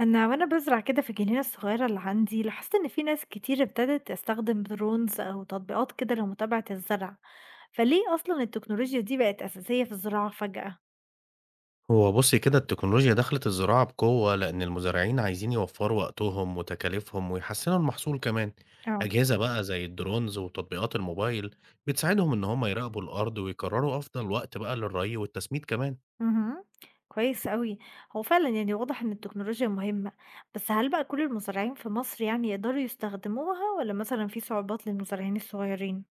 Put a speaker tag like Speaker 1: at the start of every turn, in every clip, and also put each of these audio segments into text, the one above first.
Speaker 1: أنا بازرع كده في الجنينة الصغيرة اللي عندي، لاحظت إن في ناس كتير ابتدت تستخدم درونز أو تطبيقات كده لمتابعة الزرع. فليه أصلا التكنولوجيا دي بقت أساسية في الزراعة فجأة؟
Speaker 2: هو بُصّي كده التكنولوجيا دخلت الزراعة بقوة، لإن المزارعين عايزين يوفّروا وقتهم وتكاليفهم ويحسّنوا المحصول كمان.
Speaker 1: اه.
Speaker 2: أجهزة بقى زي الdrones وتطبيقات الموبايل بتساعدهم إن هم يراقبوا الأرض ويقرروا أفضل وقت بقى للرَّي والتسميد كمان.
Speaker 1: امم. كويس أوي. هو فعلا يعني واضح إن التكنولوجيا مهمة، بس هل بقى كل المزارعين في مصر يعني يقدروا يستخدموها، ولا مثلا في صعوبات للمزارعين الصغيرين؟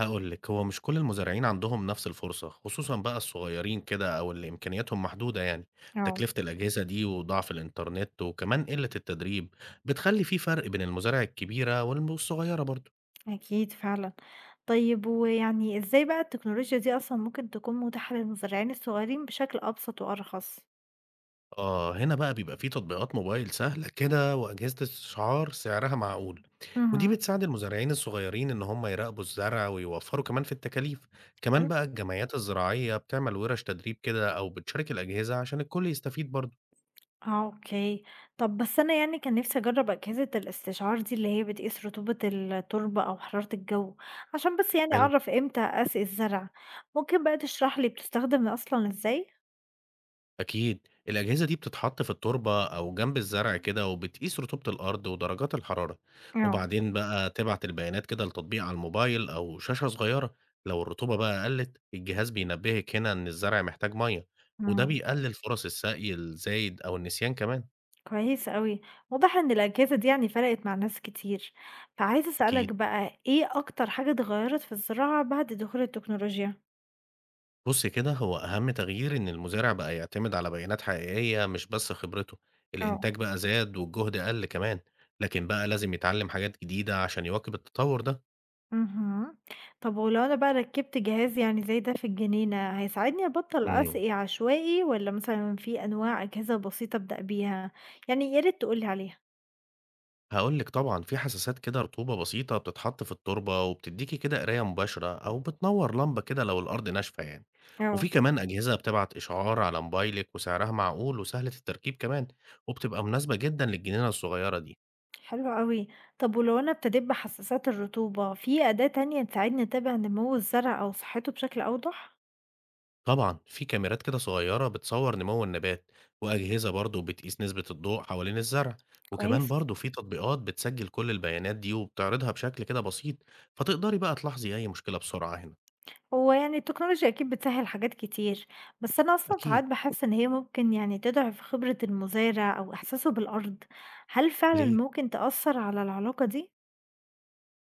Speaker 2: هاقول لِك، هو مش كل المزارعين عندهم نفس الفرصة، خصوصًا بقى الصغيرين كده أو اللي إمكانياتهم محدودة يعني.
Speaker 1: اه،
Speaker 2: تكلفة الأجهزة دي وضعف الإنترنت وكمان قِلّة التدريب، بتخلّي في فرق بين المزارع الكبيرة والم والصغيرة برضه.
Speaker 1: أكيد فعلا. طيب، ويعني إزاي بقى التكنولوجيا دي أصلا ممكن تكون متاحة للمزارعين الصغيرين بشكل أبسط وأرخص؟
Speaker 2: آه هنا بقى بيبقى في تطبيقات موبايل سهلة كده وأجهزة استشعار سعرها معقول، ودي
Speaker 1: اهم.
Speaker 2: بتساعد المزارعين الصغيرين إن هم يراقبوا الزرع ويوفروا كمان في التكاليف.
Speaker 1: حلو.
Speaker 2: كمان بقى الجمعيات الزراعية بتعمل ورش تدريب كده أو بتشارك الأجهزة عشان الكل يستفيد برضه.
Speaker 1: آه، أوكي. طَب بس أنا يعني كان نِفْسي أجرّب أجهزة الاستشعار دي اللي هي بتقيس رطوبة التربة أو حرارة الجو، عشان بس يعني
Speaker 2: حلو.
Speaker 1: أعرف إمتى أسقي الزرع. ممكن بقى تشرح لي بتستخدم أصلًا إزاي؟
Speaker 2: أكيد الأجهزة دي بتتحط في التربة أو جنب الزرع كده وبتقيس رطوبة الأرض ودرجات الحرارة،
Speaker 1: آه.
Speaker 2: وبعدين بقى تبعت البيانات كده لتطبيق على الموبايل أو شاشة صغيرة. لو الرطوبة بقى قلت الجهاز بينبهك هنا إن الزرع محتاج مية، وده
Speaker 1: إمم.
Speaker 2: بيقلل فرص السقي الزايد أو النسيان كمان.
Speaker 1: كويس أوي. واضح إن الأجهزة دي يعني فرقت مع ناس كتير، فعايزة أسألك
Speaker 2: أكيد.
Speaker 1: بقى إيه أكتر حاجة اتغيّرت في الزراعة بعد دخول التكنولوجيا؟
Speaker 2: بص كده، هو أهم تغيير إن المزارع بقى يعتمد على بيانات حقيقية مش بس خبرته.
Speaker 1: آه.
Speaker 2: الإنتاج بقى زاد والجهد قل كمان، لكن بقى لازم يتعلم حاجات جديدة عشان يواكب التطور ده.
Speaker 1: اهم. طب ولو أنا بقى ركّبت جهاز يعني زي ده في الجنينة، هيساعدني أبطّل
Speaker 2: مم.
Speaker 1: أسقي عشوائي، والّا مثلًا في أنواع أجهزة بسيطة أبدأ بيها؟ يعني يا ريت تقول لي عليها.
Speaker 2: هاقول لِك، طبعًا في حساسات كده رطوبة بسيطة بتتحط في التربة وبتدّيكِ كده قراية مباشرة أو بتنوّر لمبة كده لو الأرض ناشفة يعني،
Speaker 1: آه.
Speaker 2: وفي كمان أجهزة بتبعت إشعار على موبايلِك وسعرها معقول وسهلة التركيب كمان، وبتبقى مناسبة جدًا للجنينة الصغيرة دي.
Speaker 1: حلو أوي. طب ولو أنا ابتديت بحساسات الرطوبة، في أداة تانية تساعدني أتابع نمو الزرع أو صحته بشكل أوضح؟
Speaker 2: طبعًا في كاميرات كده صغيرة بتصور نمو النبات، وأجهزة برضه بتقيس نسبة الضوء حوالين الزرع، وكمان
Speaker 1: كويس.
Speaker 2: برضه في تطبيقات بتسجل كل البيانات دي وبتعرضها بشكل كده بسيط، فتقدري بقى تلاحظي أي مشكلة بسرعة هنا.
Speaker 1: هو يعني التكنولوجيا أكيد بتسهّل حاجات كتير، بس أنا أصلًا ساعات
Speaker 2: أكيد،
Speaker 1: باحس إن هي ممكن يعني تضعف خبرة المزارع أو إحساسه بالأرض، هل فعلًا
Speaker 2: ليه؟
Speaker 1: ممكن تأثّر على العلاقة دي؟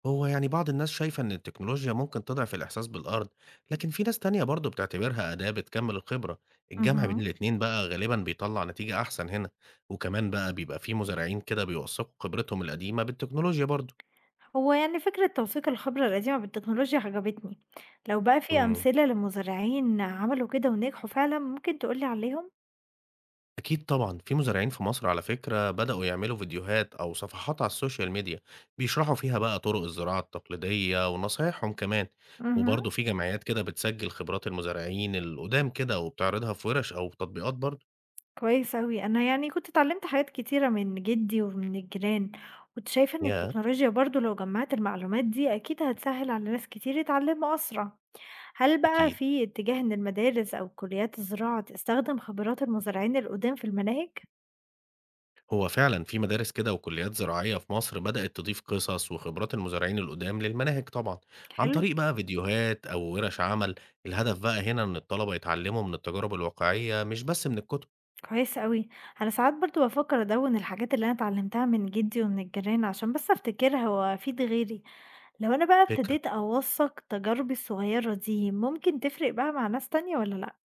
Speaker 2: هو يعني بعض الناس شايفة إن التكنولوجيا ممكن تضعف الإحساس بالأرض، لكن في ناس تانية برضه بتعتبرها أداة بتكمل الخبرة. الجمع بين
Speaker 1: اهم.
Speaker 2: الاتنين بقى غالبا بيطلع نتيجة أحسن هنا، وكمان بقى بيبقى في مزارعين كده بيوثقوا خبرتهم القديمة بالتكنولوجيا برضه.
Speaker 1: هو يعني فكرة توثيق الخبرة القديمة بالتكنولوجيا عجبتني، لو بقى في
Speaker 2: امم
Speaker 1: أمثلة لمزارعين عملوا كده ونجحوا فعلًا ممكن تقول لي عليهم؟
Speaker 2: أكيد طبعا في مزارعين في مصر على فكرة بدأوا يعملوا فيديوهات أو صفحات على السوشيال ميديا، بيشرحوا فيها بقى طرق الزراعة التقليدية ونصايحهم كمان،
Speaker 1: اهم.
Speaker 2: وبرضه في جمعيات كده بتسجل خبرات المزارعين القدام كده وبتعرضها في ورش أو تطبيقات برضه.
Speaker 1: كويس أوي. أنا يعني كنت اتعلمت حاجات كتيرة من جدي ومن الجيران، كنت شايفة إن
Speaker 2: ياه.
Speaker 1: التكنولوجيا برضه لو جمعت المعلومات دي أكيد هتسهل على ناس كتير يتعلموا أسرع، هل بقى
Speaker 2: أكيد،
Speaker 1: في اتجاه إن المدارس أو كليات الزراعة تستخدم خبرات المزارعين القدام في المناهج؟
Speaker 2: هو فعلا في مدارس كده وكليات زراعية في مصر بدأت تضيف قصص وخبرات المزارعين القدام للمناهج طبعا، عن
Speaker 1: حلو.
Speaker 2: طريق بقى فيديوهات أو ورش عمل. الهدف بقى هنا إن الطلبة يتعلموا من التجارب الواقعية مش بس من الكتب.
Speaker 1: كويس أوي. أنا ساعات برضه بافكّر أدوّن الحاجات اللي أنا اتعلمتها من جدي ومن الجيران عشان بس أفتكرها وأفيد غيري. لو أنا بقى
Speaker 2: فكرة.
Speaker 1: ابتديت أوثّق تجاربي الصغيرة دي، ممكن تفرق بقى مع ناس تانية والّا لأ؟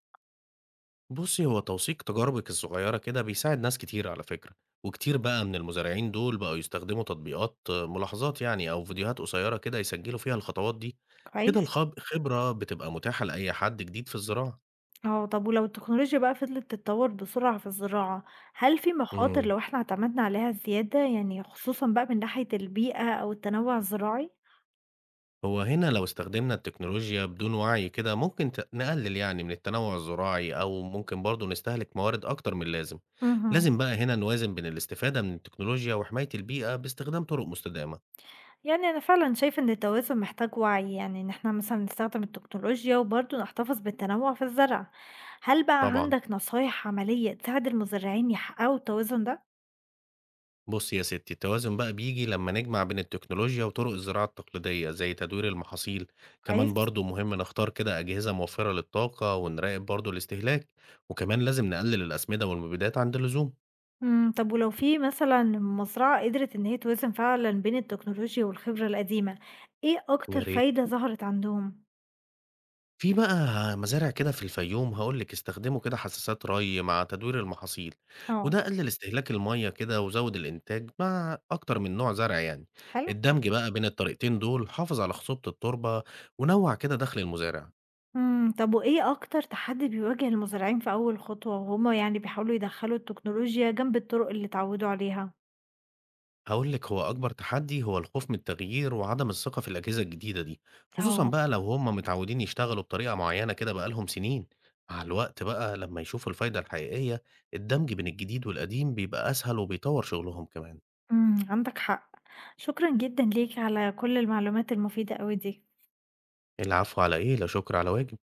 Speaker 2: بصي، هو توثيق تجاربك الصغيرة كده بيساعد ناس كتير على فكرة، وكتير بقى من المزارعين دول بقوا يستخدموا تطبيقات ملاحظات يعني أو فيديوهات قصيرة كده يسجلوا فيها الخطوات دي. كده
Speaker 1: كويس.
Speaker 2: الخبرة بتبقى متاحة لأي حد جديد في الزراعة.
Speaker 1: آه، طب ولو التكنولوجيا بقى فضلت تتطور بسرعة في الزراعة، هل في مخاطر
Speaker 2: مم.
Speaker 1: لو إحنا اعتمدنا عليها زيادة؟ يعني خصوصًا بقى من ناحية البيئة أو التنوع الزراعي؟
Speaker 2: هو هنا لو استخدمنا التكنولوجيا بدون وعي كده ممكن نقلل يعني من التنوع الزراعي أو ممكن برضه نستهلك موارد أكتر من اللازم.
Speaker 1: اهم.
Speaker 2: لازم بقى هنا نوازن بين الاستفادة من التكنولوجيا وحماية البيئة باستخدام طرق مستدامة.
Speaker 1: يعني أنا فعلًا شايفة إن التوازن محتاج وعي، يعني إن إحنا مثلًا نستخدم التكنولوجيا وبرضه نحتفظ بالتنوع في الزرع. هل بقى
Speaker 2: طبعا.
Speaker 1: عندك نصايح عملية تساعد المزارعين يحققوا التوازن ده؟
Speaker 2: بص يا ستي، التوازن بقى بيجي لما نجمع بين التكنولوجيا وطرق الزراعة التقليدية زي تدوير المحاصيل.
Speaker 1: كويس.
Speaker 2: كمان برضه مهم نختار كده أجهزة موفرة للطاقة ونراقب برضه الاستهلاك، وكمان لازم نقلل الأسمدة والمبيدات عند اللزوم.
Speaker 1: إمم، طب ولو في مثلًا مزرعة قدرت إن هي توازن فعلًا بين التكنولوجيا والخبرة القديمة، إيه أكتر
Speaker 2: يا ريت.
Speaker 1: فايدة ظهرت عندهم؟
Speaker 2: في بقى مزارع كده في الفيوم هاقول لِك استخدموا كده حساسات ري مع تدوير المحاصيل،
Speaker 1: آه.
Speaker 2: وده قلل استهلاك المَيّة كده وزوّد الإنتاج مع أكتر من نوع زرع يعني.
Speaker 1: حلو.
Speaker 2: الدمج بقى بين الطريقتين دول حافظ على خصوبة التربة ونوّع كده دخل المزارع.
Speaker 1: إمم، طب وإيه أكتر تحدي بيواجه المزارعين في أول خطوة وهُم يعني بيحاولوا يدخّلوا التكنولوجيا جنب الطرق اللي اتعودوا عليها؟
Speaker 2: هاقول لِك، هو أكبر تحدي هو الخوف من التغيير وعدم الثقة في الأجهزة الجديدة دي، خصوصًا
Speaker 1: آه.
Speaker 2: بقى لو هم متعودين يشتغلوا بطريقة معينة كده بقى لهم سنين. مع الوقت بقى لمّا يشوفوا الفايدة الحقيقية، الدمج بين الجديد والقديم بيبقى أسهل وبيطوّر شغلهم كمان.
Speaker 1: إمم، عندك حق. شكرًا جدًا ليك على كل المعلومات المفيدة أوي دي.
Speaker 2: العفو على إيه؟ لا شكر على واجب.